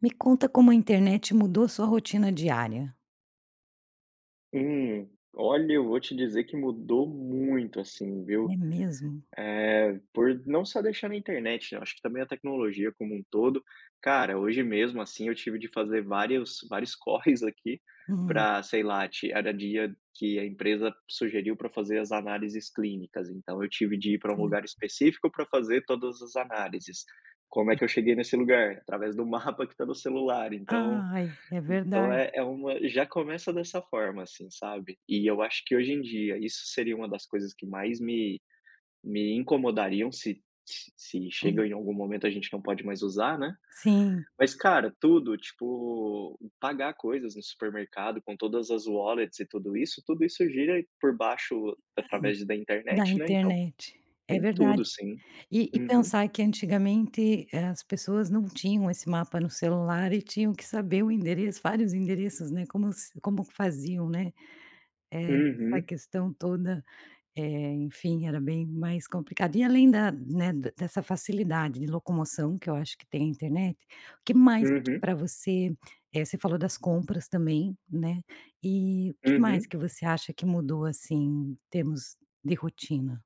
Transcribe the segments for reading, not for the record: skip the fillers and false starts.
Me conta como a internet mudou sua rotina diária. Olha, eu vou te dizer que mudou muito, assim, É viu? mesmo? É por não só deixar na internet, né? Eu acho que também a tecnologia como um todo. Cara, hoje mesmo, assim, eu tive de fazer vários, vários corres aqui Hum. para, sei lá, era dia que a empresa sugeriu para fazer as análises clínicas. Então, eu tive de ir para um lugar Certo. específico para fazer todas as análises. Como é que eu cheguei nesse lugar? Através do mapa que está no celular. Então, Ai, é então verdade. é é uma já começa dessa forma, assim, sabe. E eu acho que hoje em dia isso seria uma das coisas que mais me incomodariam se Hum, chega em algum momento a gente não pode mais usar, né. sim, Mas cara, tudo, tipo, pagar coisas no supermercado com todas as wallets e tudo isso gira por baixo através da da internet, né, então internet. É tem verdade. tudo sim. E Uhum. pensar que antigamente, as pessoas não tinham esse mapa no celular e tinham que saber o endereço, vários endereços, né, como se como faziam, né, essa Uhum. questão toda. Enfim, era bem mais complicado. E além da, né, d dessa facilidade de locomoção que eu acho que tem a internet, o que mais Uhum. para você, você falou das compras também, né, e o que mais Uhum. que você acha que mudou, assim, em termos de rotina?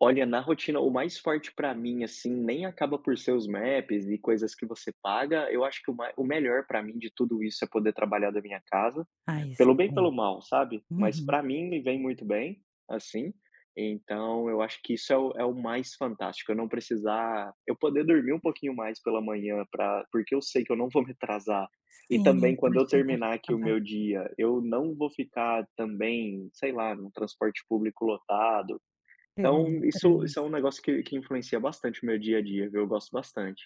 Olha, na rotina, o mais forte pra mim, assim, nem acaba por ser os maps e coisas que você paga. Eu acho que o melhor pra mim de tudo isso é poder trabalhar da minha casa, Ah, isso pelo bem e também. pelo mal, sabe. Mas Uhum. pra mim me vem muito bem, assim. Então eu acho que isso é o mais fantástico, eu não precisar eu poder dormir um pouquinho mais pela manhã pra porque eu sei que eu não vou me atrasar, e Sim, também quando para eu chegar no terminar aqui o trabalho, meu dia, eu não vou ficar também, sei lá, num transporte público lotado. pegando o Então, isso é um trânsito. negócio que influencia bastante o meu dia a dia, viu, eu gosto bastante.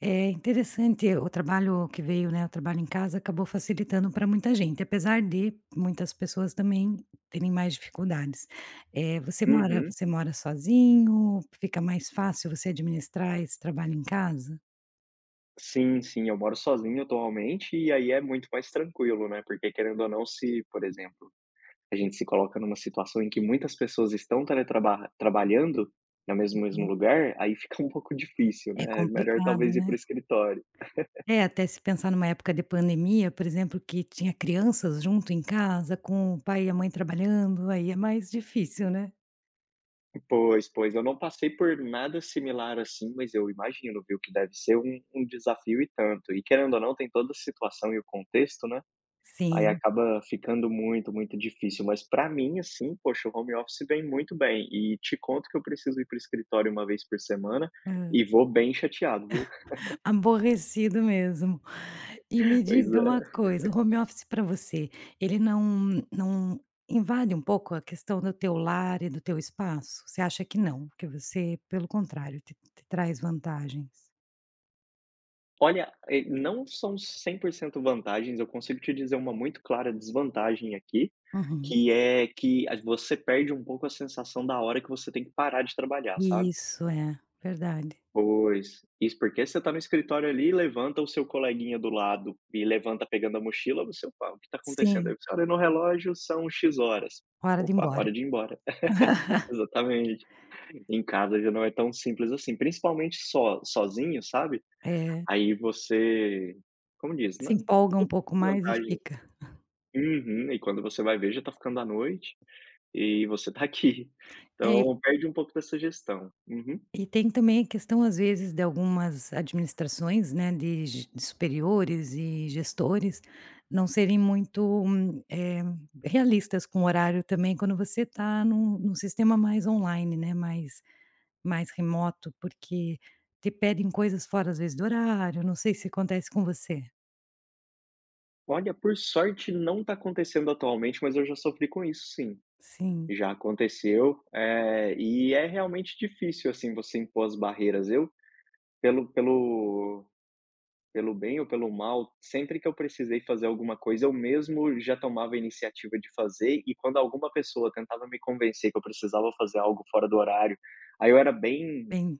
É interessante, o trabalho que veio, né, o trabalho em casa acabou facilitando para muita gente, apesar de muitas pessoas também terem mais dificuldades. Você mora, Uhum. você mora sozinho? Fica mais fácil você administrar esse trabalho em casa? Sim, sim, eu moro sozinho atualmente, e aí é muito mais tranquilo, né, porque querendo ou não, se, por exemplo, a gente se coloca numa situação em que muitas pessoas estão teletraba trabalhando no mesmo Hum, lugar, aí fica um pouco difícil, é né, é melhor complicado, talvez ir para né. o escritório. É, até se pensar numa época de pandemia, por exemplo, que tinha crianças junto em casa, com o pai e a mãe trabalhando, aí é mais difícil, né. Pois, pois, eu não passei por nada similar assim, mas eu imagino, viu, que deve ser um desafio e tanto. E querendo ou não, tem toda a situação e o contexto, né. Aí Sim. acaba ficando muito, muito difícil. Mas para mim, assim, poxa, o home office vem muito bem. E te conto que eu preciso ir para o escritório uma vez por semana Hã. e vou bem chateado, viu? Aborrecido mesmo. E me Pois diga uma é. coisa, o home office pra você, ele não invade um pouco a questão do teu lar e do teu espaço? Você acha que não, que você, pelo contrário, te traz vantagens? Olha, não são 100% vantagens, eu consigo te dizer uma muito clara desvantagem aqui, Uhum. que é que a você perde um pouco a sensação da hora que você tem que parar de trabalhar, sabe? Isso, é, verdade. Pois. Isso porque você está no escritório ali, levanta o seu coleguinha do lado e levanta pegando a mochila, você: "Opa, o que está acontecendo?" Sim, Aí você olha no relógio, são "X" horas. hora de ir "Opa, embora. hora de ir embora". Exatamente. Em casa já não é tão simples assim, principalmente só sozinho, sabe. É, Aí você como diz, né, se empolga um todas pouco as mais e vantagens. fica. Uhum. E quando você vai ver já tá ficando a noite e você tá aqui. É. Então perde um pouco dessa gestão. Uhum. E tem também a questão, às vezes, de algumas administrações, né, de superiores e gestores, não serem muito, realistas com o horário também quando você está num sistema mais online, né, mais remoto, porque te pedem coisas fora, às vezes, do horário, não sei se acontece com você. Olha, por sorte não está acontecendo atualmente, mas eu já sofri com isso sim. Sim, Já aconteceu, e é realmente difícil, assim, você impor as barreiras. Eu, pelo pelo pelo bem ou pelo mal, sempre que eu precisei fazer alguma coisa, eu mesmo já tomava a iniciativa de fazer, e quando alguma pessoa tentava me convencer que eu precisava fazer algo fora do horário, aí eu era bem bem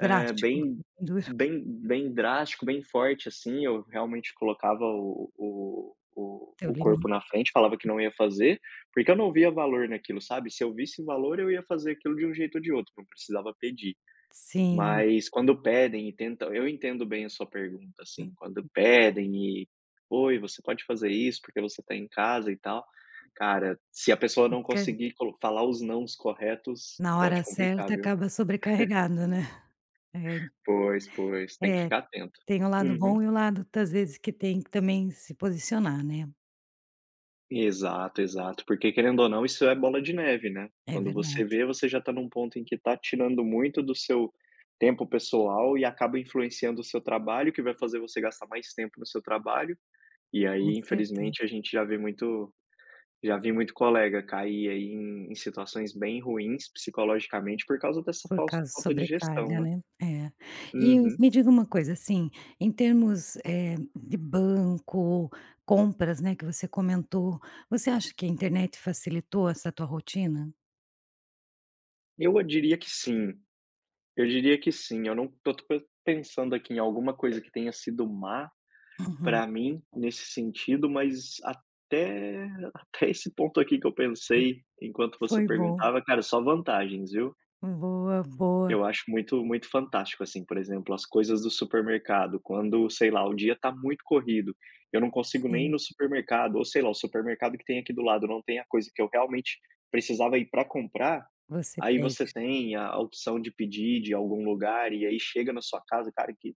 bem bem duro, bem drástico, bem forte, assim. Eu realmente colocava o o o teu o corpo limite. na frente, falava que não ia fazer, porque eu não via valor naquilo, sabe. Se eu visse valor, eu ia fazer aquilo de um jeito ou de outro, não precisava pedir. Sim, Mas quando pedem e tentam eu entendo bem a sua pergunta, assim, quando pedem e: "Oi, você pode fazer isso, porque você está em casa e tal". Cara, se a pessoa não fica conseguir colo falar os nãos corretos, na hora pode complicar, certa, viu. acaba sobrecarregado, né. É, Pois, pois, tem que é. ficar atento. Tem o lado Uhum. bom e o lado às vezes que tem que também se posicionar, né. Exato, exato, porque querendo ou não isso é bola de neve, né. É Quando você verdade, vê, você já tá num ponto em que tá tirando muito do seu tempo pessoal e acaba influenciando o seu trabalho, que vai fazer você gastar mais tempo no seu trabalho, e com aí infelizmente certeza. a gente já vi muito colega cair aí em situações bem ruins psicologicamente por causa dessa Por falsa causa falta de gestão, sobrecarga, né. né. É. E Uhum. me diga uma coisa, assim, em termos, de banco, compras, né, que você comentou, você acha que a internet facilitou essa tua rotina? Eu diria que sim. Eu diria que sim, eu não tô pe pensando aqui em alguma coisa que tenha sido má Uhum. pra mim nesse sentido, mas até até esse ponto aqui que eu pensei enquanto você Foi bom. perguntava, cara, só vantagens, viu. Boa, boa. Eu acho muito muito fantástico, assim, por exemplo, as coisas do supermercado, quando, sei lá, o dia tá muito corrido, eu não consigo nem ir Sim, no supermercado ou, sei lá, o supermercado que tem aqui do lado não tem a coisa que eu realmente precisava ir pra comprar. você Aí pede. você tem a opção de pedir de algum lugar e aí chega na sua casa, cara,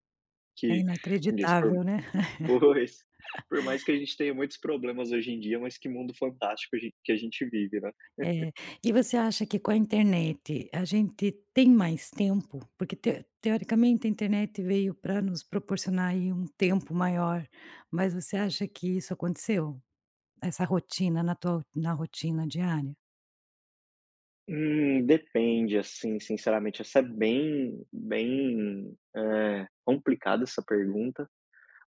É que como diz, por inacreditável, né. pois, por mais que a gente tenha muitos problemas hoje em dia, mas que mundo fantástico a gen que a gente vive, né. É. E você acha que com a internet a gente tem mais tempo? Porque teoricamente a internet veio para nos proporcionar aí um tempo maior, mas você acha que isso aconteceu? Essa rotina na tua, na rotina diária? Depende, assim, sinceramente, essa é bem, complicada essa pergunta,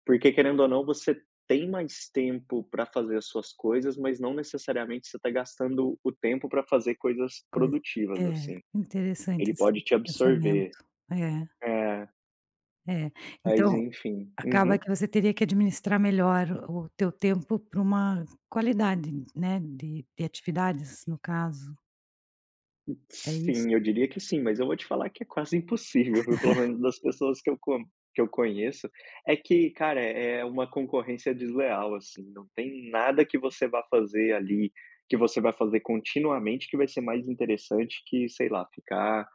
porque querendo ou não você tem mais tempo pra fazer as suas coisas, mas não necessariamente você tá gastando o tempo pra fazer coisas Coisa, produtivas, é, assim. interessante Ele esse pode te pensamento. absorver. É, Ah, é. mas Então, enfim. acaba que Uhum. você teria que administrar melhor o teu tempo para uma qualidade, né, de atividades, no caso, é isso? Sim, eu diria que sim, mas eu vou te falar que é quase impossível, viu, pelo menos das pessoas que eu conheço, é que, cara, é uma concorrência desleal, assim, não tem nada que você vá fazer ali, que você vai fazer continuamente que vai ser mais interessante que, sei lá, ficar,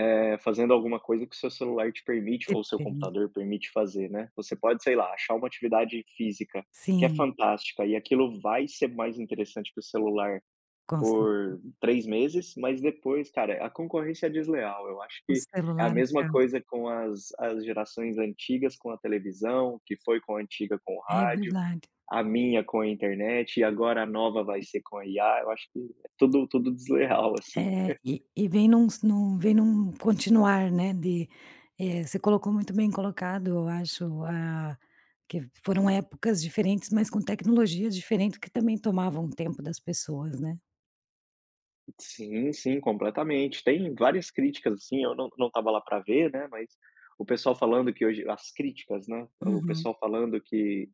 fazendo alguma coisa que o seu celular te permite Te ou o seu permite. computador permite fazer, né. Você pode, sei lá, achar uma atividade física que é Sim. fantástica e aquilo vai ser mais interessante que o celular Com cer, por 3 meses, mas depois, cara, a concorrência é desleal. Eu acho o que é a celular mesma acaba. coisa com as gerações antigas com a televisão, que foi com a antiga com o É rádio, verdade. a minha com a internet e agora a nova vai ser com a IA. Eu acho que é tudo tudo desleal, assim. É, e vem num continuar, né, de, você colocou muito bem colocado, eu acho, ah, que foram épocas diferentes, mas com tecnologias diferentes que também tomavam tempo das pessoas, né. Sim, sim, completamente. Tem várias críticas, assim, eu não tava lá para ver, né, mas o pessoal falando que hoje as críticas, né, o Uhum. pessoal falando que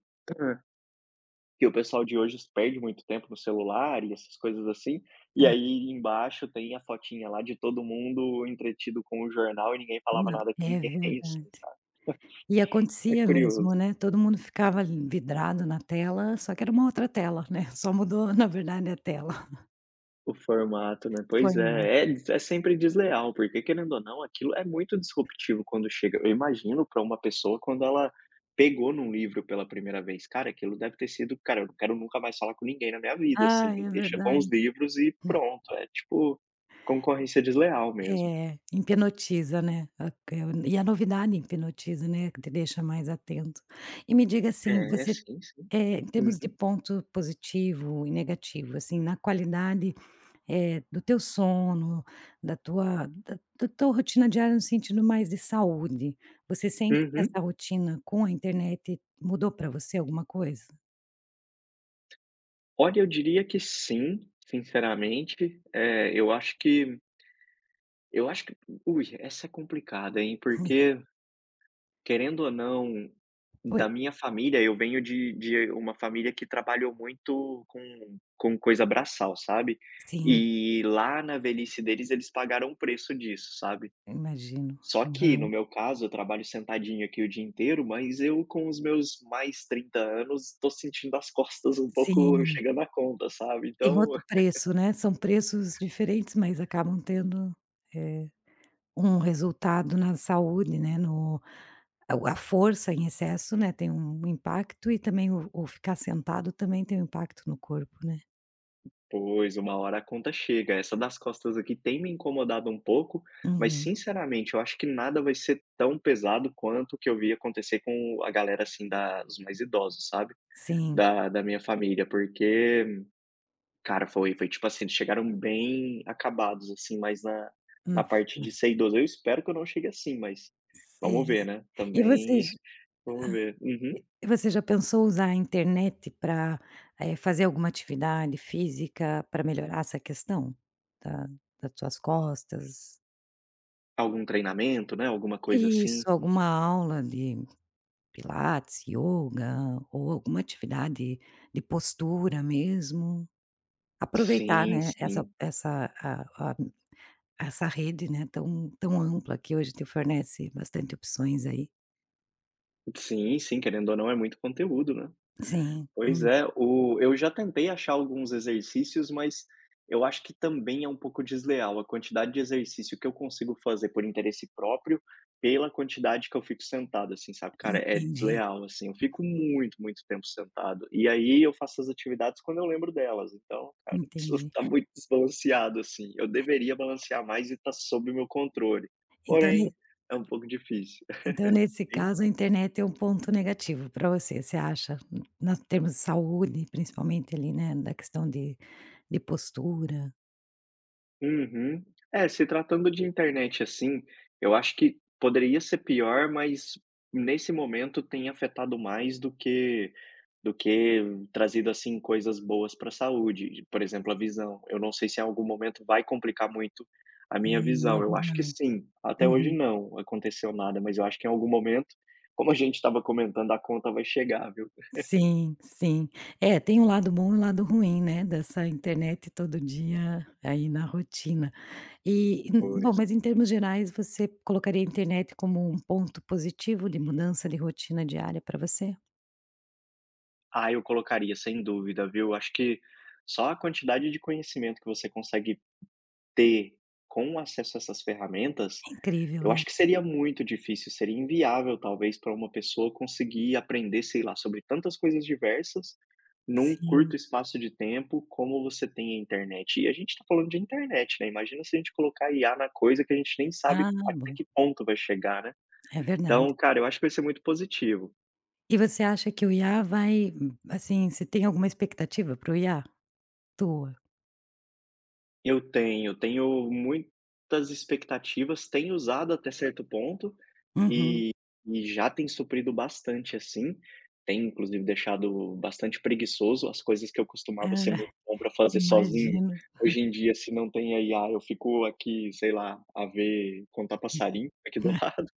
que o pessoal de hoje perde muito tempo no celular e essas coisas assim. E aí embaixo tem a fotinha lá de todo mundo entretido com o jornal e ninguém falava Não, nada com é ninguém, verdade. assim, sabe? E É acontecia curioso mesmo, né, todo mundo ficava ali vidrado na tela, só que era uma outra tela, né, só mudou, na verdade, a tela, o formato, né? foi Pois mal. é, é sempre desleal, porque querendo ou não, aquilo é muito disruptivo quando chega. Eu imagino para uma pessoa quando ela pegou num livro pela primeira vez, cara, aquilo deve ter sido, cara, eu não quero nunca mais falar com ninguém na minha vida, assim, Ai, me é deixa com verdade. os livros e pronto, é tipo concorrência desleal mesmo. É, hipnotiza, né. A que E a novidade hipnotiza, né, que te deixa mais atento. E me diga assim, É, você, sim, sim. Em termos de Uhum, ponto positivo e negativo, assim, na qualidade, do teu sono, da tua rotina diária no sentido mais de saúde, você sente que uhum. essa rotina com a internet mudou para você alguma coisa? Olha, eu diria que sim, sinceramente. É, eu acho que ui, essa é complicada, hein, porque querendo ou não, Por da minha família, eu venho de uma família que trabalhou muito com coisa braçal, sabe. sim, E lá na velhice deles, eles pagaram o preço disso, sabe. imagino. Só que, no Aham. meu caso, eu trabalho sentadinho aqui o dia inteiro, mas eu com os meus mais 30 anos estou sentindo as costas um pouco Sim. chegando à conta, sabe. Tem Então outro preço, né, são preços diferentes, mas acabam tendo, eh, um resultado na saúde, né, no a força em excesso, né, tem um impacto e também o ficar sentado também tem um impacto no corpo, né. pois, uma hora a conta chega. Essa das costas aqui tem me incomodado um pouco, mas Uhum. sinceramente eu acho que nada vai ser tão pesado quanto o que eu vi acontecer com a galera, assim, da os mais idosos, sabe, Sim. da minha família, porque cara, foi tipo assim, eles chegaram bem acabados, assim, mas na Hum, parte de ser idoso. Eu espero que eu não chegue assim, mas vamos sim. ver, né, E você também j vamos ver. Uhum. você já pensou usar a internet para fazer alguma atividade física para melhorar essa questão da das suas costas? Algum treinamento, né, alguma coisa Isso, assim. alguma aula de Pilates, yoga ou alguma atividade de postura mesmo. Aproveitar, Sim, né, essa sim. essa a essa rede, né, tão ampla que hoje te oferece bastante opções aí. Sim, sim, querendo ou não, é muito conteúdo, né. Sim, Pois é, o eu já tentei achar alguns exercícios, mas eu acho que também é um pouco desleal a quantidade de exercício que eu consigo fazer por interesse próprio, pela quantidade que eu fico sentado, assim, sabe. Cara, é entendi, desleal, assim, eu fico muito, muito tempo sentado. E aí eu faço as atividades quando eu lembro delas, então, cara, isso entendi. tá muito desbalanceado, assim. Eu deveria balancear mais e tá sob o meu controle, Então ne porém é um pouco difícil. então nesse caso a internet é um ponto negativo para você, você acha? Na termos de saúde, principalmente ali, né, da questão de postura. Uhum. É, se tratando de internet, assim, eu acho que poderia ser pior, mas nesse momento tem afetado mais do que trazido, assim, coisas boas para a saúde, por exemplo, a visão. Eu não sei se em algum momento vai complicar muito a minha É visão, eu acho que verdade. sim. Até hoje Uhum. não aconteceu nada, mas eu acho que em algum momento, como a gente estava comentando, a conta vai chegar, viu, Sim, sim. É, tem um lado bom e um lado ruim, né, dessa internet todo dia aí na rotina. E, bom, depois. mas em termos gerais, você colocaria a internet como um ponto positivo de mudança de rotina diária para você? Ah, eu colocaria, sem dúvida, viu. Acho que só a quantidade de conhecimento que você consegue ter com acesso a essas ferramentas, Incrível, eu né? acho que seria muito difícil, seria inviável talvez para uma pessoa conseguir aprender, sei lá, sobre tantas coisas diversas num Sim. curto espaço de tempo como você tem a internet. E a gente está falando de internet, né? Imagina se a gente colocar IA na coisa que a gente nem sabe Ah, até bom, que ponto vai chegar, né? é verdade. Então, cara, eu acho que vai ser muito positivo. E você acha que o IA vai, assim, você tem alguma expectativa para o IA? Tua? Eu tenho, tenho muitas expectativas, tenho usado até certo ponto, Uhum. e e já tem suprido bastante, assim, tem inclusive deixado bastante preguiçoso as coisas que eu costumava ser Ah, muito bom para fazer sozinho. imagino. Hoje em dia, se não tem a IA, eu fico aqui, sei lá, a ver contar passarinho aqui do lado.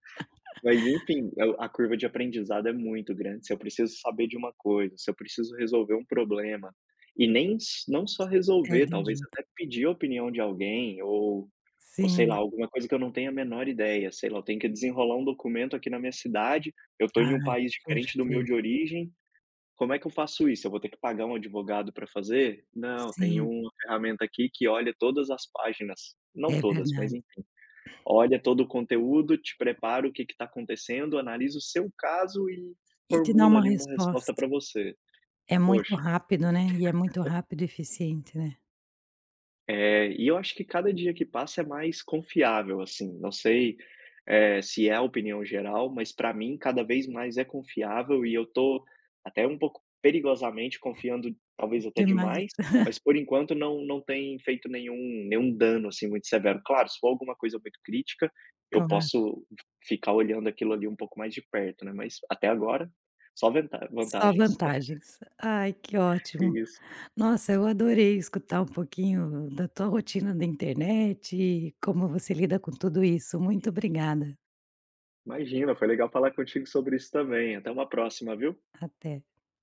Mas enfim, eu a curva de aprendizado é muito grande. Se eu preciso saber de uma coisa, se eu preciso resolver um problema, e nem s não só É resolver, de talvez ajuda. até pedir a opinião de alguém ou sei lá, Sim. alguma coisa que eu não tenho a menor ideia, sei lá, eu tenho que desenrolar um documento aqui na minha cidade, eu estou em Ah, um país diferente do meu de perfeito. origem, como é que eu faço isso? Eu vou ter que pagar um advogado para fazer? Não, tem Sim, uma ferramenta aqui que olha todas as páginas, não é todas, mas verdade. olha todo o conteúdo, te prepara o que está acontecendo, analisa o seu caso e E te dá formula uma ali uma resposta resposta. para você. É muito Poxa, rápido, né, e é muito rápido e eficiente, né. é, e eu acho que cada dia que passa é mais confiável, assim, não sei, se é a opinião geral, mas para mim cada vez mais é confiável e eu tô até um pouco perigosamente confiando, talvez até Demais, demais, mas por enquanto não tem feito nenhum dano, assim, muito severo. Claro, se for alguma coisa muito crítica, eu claro. posso ficar olhando aquilo ali um pouco mais de perto, né, mas até agora só venta Só vantagens. vantagens. Ai, que ótimo. Isso. Nossa, eu adorei escutar um pouquinho da tua rotina da internet e como você lida com tudo isso. Muito obrigada. Imagina, foi legal falar contigo sobre isso também. Até uma próxima, viu. Até.